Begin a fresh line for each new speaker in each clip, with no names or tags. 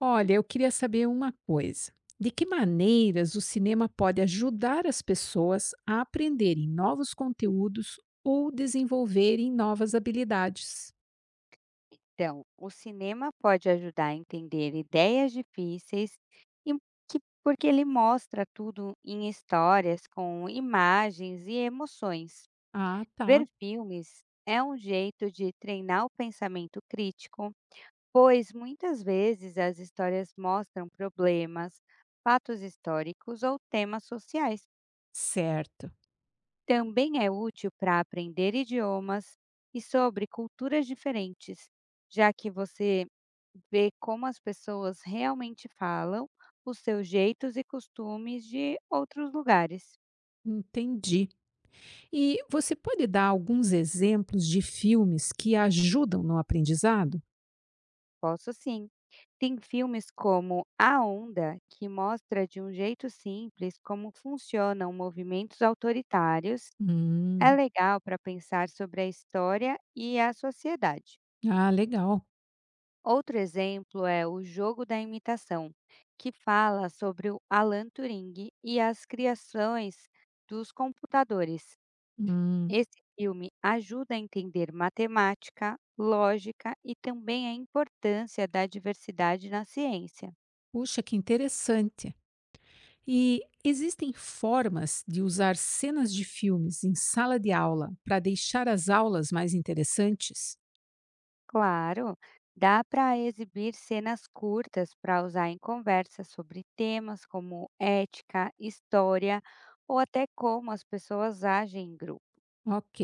Olha, eu queria saber uma coisa. De que maneiras o cinema pode ajudar as pessoas a aprenderem novos conteúdos ou desenvolverem novas habilidades?
Então, o cinema pode ajudar a entender ideias difíceis e porque ele mostra tudo em histórias com imagens e emoções.
Ah,
Ver
tá.
filmes é um jeito de treinar o pensamento crítico, pois muitas vezes as histórias mostram problemas, fatos históricos ou temas sociais.
Certo.
Também é útil para aprender idiomas e sobre culturas diferentes, já que você vê como as pessoas realmente falam, os seus jeitos e costumes de outros lugares.
Entendi. E você pode dar alguns exemplos de filmes que ajudam no aprendizado?
Posso sim. Tem filmes como A Onda, que mostra de um jeito simples como funcionam movimentos autoritários. É
Hum.
legal para pensar sobre a história e a sociedade.
Ah, legal.
Outro exemplo é O Jogo da Imitação, que fala sobre o Alan Turing e as criações dos computadores.
Hum.
Esse filme ajuda a entender matemática, lógica e também a importância da diversidade na ciência.
Puxa, que interessante. E existem formas de usar cenas de filmes em sala de aula para deixar as aulas mais interessantes?
Claro, dá para exibir cenas curtas para usar em conversas sobre temas como ética, história ou até como as pessoas agem em grupo.
Ok.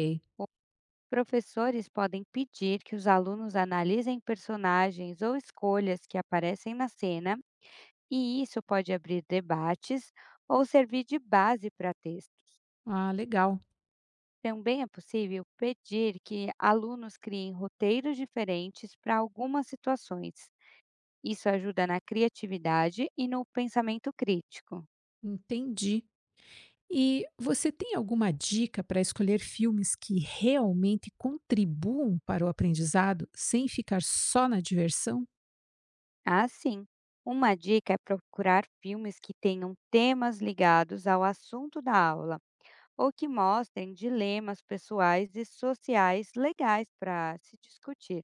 Professores podem pedir que os alunos analisem personagens ou escolhas que aparecem na cena, e isso pode abrir debates ou servir de base para texto.
Ah, legal.
Também é possível pedir que alunos criem roteiros diferentes para algumas situações. Isso ajuda na criatividade e no pensamento crítico.
Entendi. E você tem alguma dica para escolher filmes que realmente contribuam para o aprendizado sem ficar só na diversão?
Assim, uma dica é procurar filmes que tenham temas ligados ao assunto da aula ou que mostrem dilemas pessoais e sociais legais para se discutir.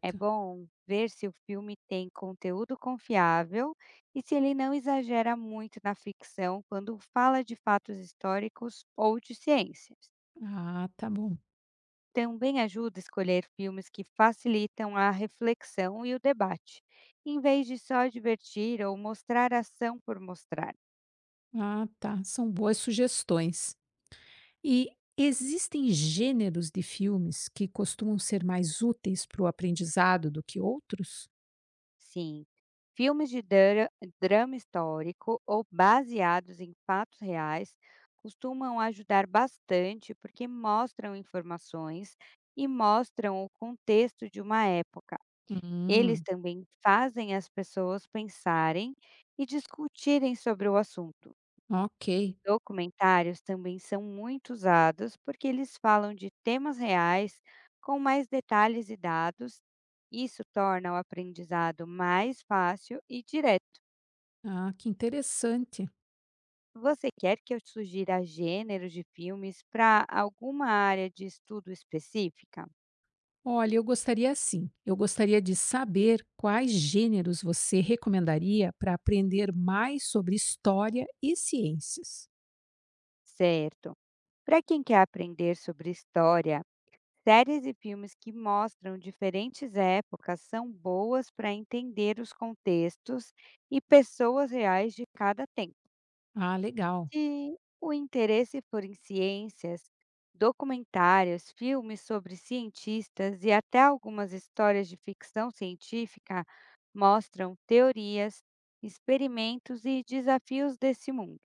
É bom ver se o filme tem conteúdo confiável e se ele não exagera muito na ficção quando fala de fatos históricos ou de ciências.
Ah, tá bom.
Também ajuda a escolher filmes que facilitam a reflexão e o debate, em vez de só divertir ou mostrar ação por mostrar.
Ah, tá. São boas sugestões. E existem gêneros de filmes que costumam ser mais úteis para o aprendizado do que outros?
Sim. Filmes de drama histórico ou baseados em fatos reais costumam ajudar bastante porque mostram informações e mostram o contexto de uma época. Eles
Hum,
também fazem as pessoas pensarem e discutirem sobre o assunto.
ok.
Documentários também são muito usados porque eles falam de temas reais com mais detalhes e dados. Isso torna o aprendizado mais fácil e direto.
Ah, que interessante.
Você quer que eu sugira gêneros de filmes para alguma área de estudo específica?
Olha, eu gostaria sim. Eu gostaria de saber quais gêneros você recomendaria para aprender mais sobre história e ciências.
Certo. Para quem quer aprender sobre história, séries e filmes que mostram diferentes épocas são boas para entender os contextos e pessoas reais de cada tempo.
Ah, legal.
Sim, o interesse por em ciências, documentários, filmes sobre cientistas e até algumas histórias de ficção científica mostram teorias, experimentos e desafios desse mundo.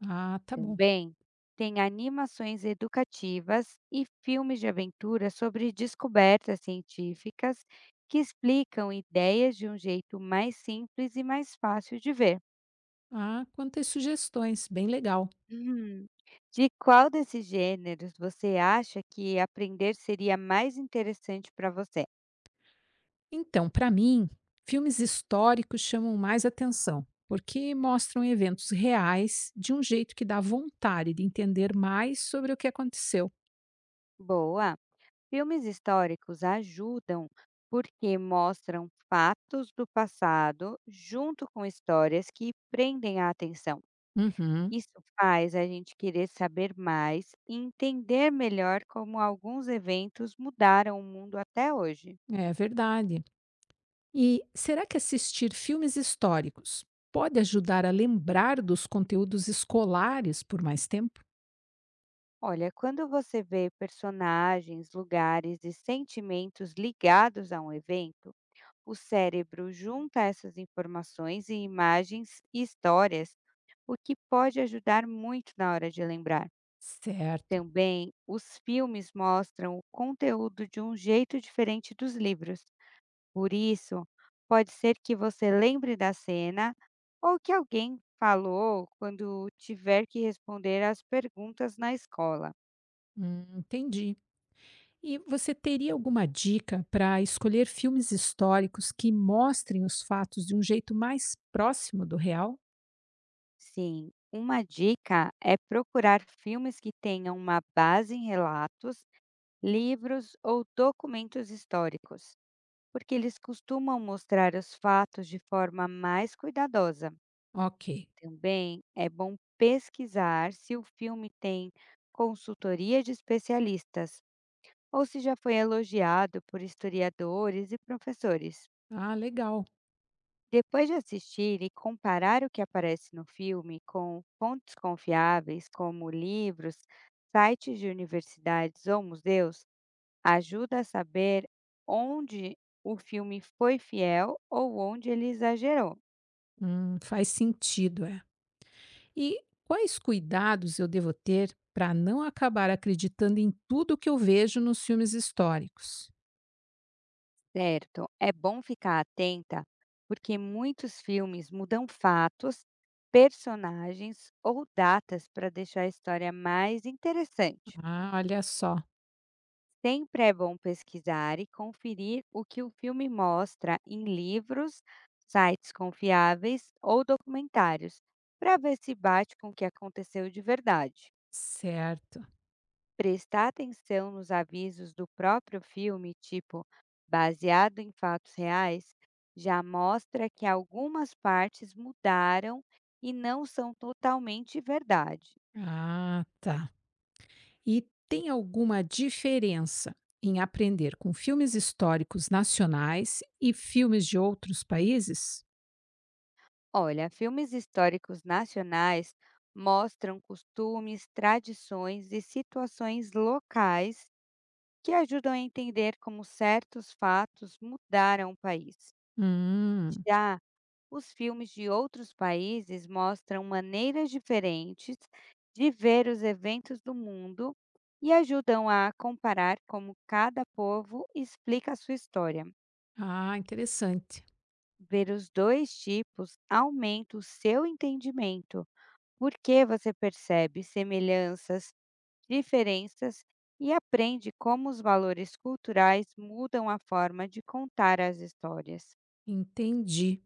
Ah, tá bom.
Também tem animações educativas e filmes de aventura sobre descobertas científicas que explicam ideias de um jeito mais simples e mais fácil de ver.
Ah, quantas sugestões. Bem legal.
Hum. De qual desses gêneros você acha que aprender seria mais interessante para você?
Então, para mim, filmes históricos chamam mais atenção, porque mostram eventos reais de um jeito que dá vontade de entender mais sobre o que aconteceu.
Boa! Filmes históricos ajudam porque mostram fatos do passado junto com histórias que prendem a atenção.
Uhum.
Isso faz a gente querer saber mais e entender melhor como alguns eventos mudaram o mundo até hoje.
É verdade. E será que assistir filmes históricos pode ajudar a lembrar dos conteúdos escolares por mais tempo?
Olha, quando você vê personagens, lugares e sentimentos ligados a um evento, o cérebro junta essas informações e imagens e histórias, o que pode ajudar muito na hora de lembrar.
Certo.
Também, os filmes mostram o conteúdo de um jeito diferente dos livros. Por isso, pode ser que você lembre da cena ou que alguém falou quando tiver que responder às perguntas na escola.
Entendi. E você teria alguma dica para escolher filmes históricos que mostrem os fatos de um jeito mais próximo do real?
Sim, uma dica é procurar filmes que tenham uma base em relatos, livros ou documentos históricos, porque eles costumam mostrar os fatos de forma mais cuidadosa.
Ok.
Também é bom pesquisar se o filme tem consultoria de especialistas ou se já foi elogiado por historiadores e professores.
Ah, legal.
Depois de assistir e comparar o que aparece no filme com fontes confiáveis, como livros, sites de universidades ou museus, ajuda a saber onde o filme foi fiel ou onde ele exagerou,
Faz sentido, é. E quais cuidados eu devo ter para não acabar acreditando em tudo que eu vejo nos filmes históricos?
certo? É bom ficar atenta, porque muitos filmes mudam fatos, personagens ou datas para deixar a história mais interessante.
Ah, olha só.
Sempre é bom pesquisar e conferir o que o filme mostra em livros, sites confiáveis ou documentários, para ver se bate com o que aconteceu de verdade.
Certo.
Prestar atenção nos avisos do próprio filme, tipo baseado em fatos reais, já mostra que algumas partes mudaram e não são totalmente verdade.
Ah, tá. E tem alguma diferença em aprender com filmes históricos nacionais e filmes de outros países?
Olha, filmes históricos nacionais mostram costumes, tradições e situações locais que ajudam a entender como certos fatos mudaram o país.
Hum.
Já os filmes de outros países mostram maneiras diferentes de ver os eventos do mundo e ajudam a comparar como cada povo explica a sua história.
Ah, interessante.
Ver os dois tipos aumenta o seu entendimento, por que você percebe semelhanças, diferenças e aprende como os valores culturais mudam a forma de contar as histórias.
Entendi.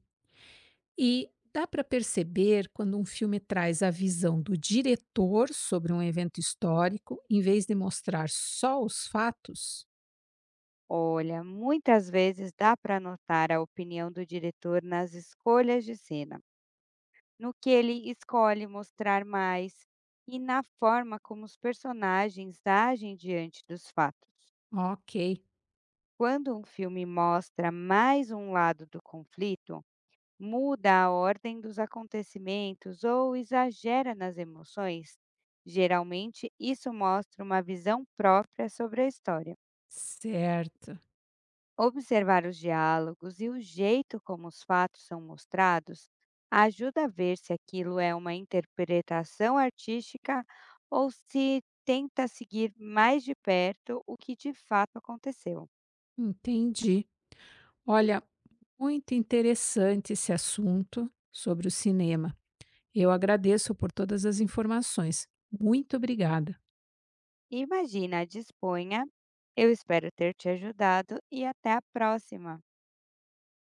E dá para perceber quando um filme traz a visão do diretor sobre um evento histórico, em vez de mostrar só os fatos?
Olha, muitas vezes dá para notar a opinião do diretor nas escolhas de cena, no que ele escolhe mostrar mais e na forma como os personagens agem diante dos fatos.
Ok,
Quando um filme mostra mais um lado do conflito, muda a ordem dos acontecimentos ou exagera nas emoções, geralmente isso mostra uma visão própria sobre a história.
certo,
Observar os diálogos e o jeito como os fatos são mostrados ajuda a ver se aquilo é uma interpretação artística ou se tenta seguir mais de perto o que de fato aconteceu.
entendi. Olha, muito interessante esse assunto sobre o cinema. Eu agradeço por todas as informações. Muito obrigada.
Imagina, disponha. Eu espero ter te ajudado e até a próxima!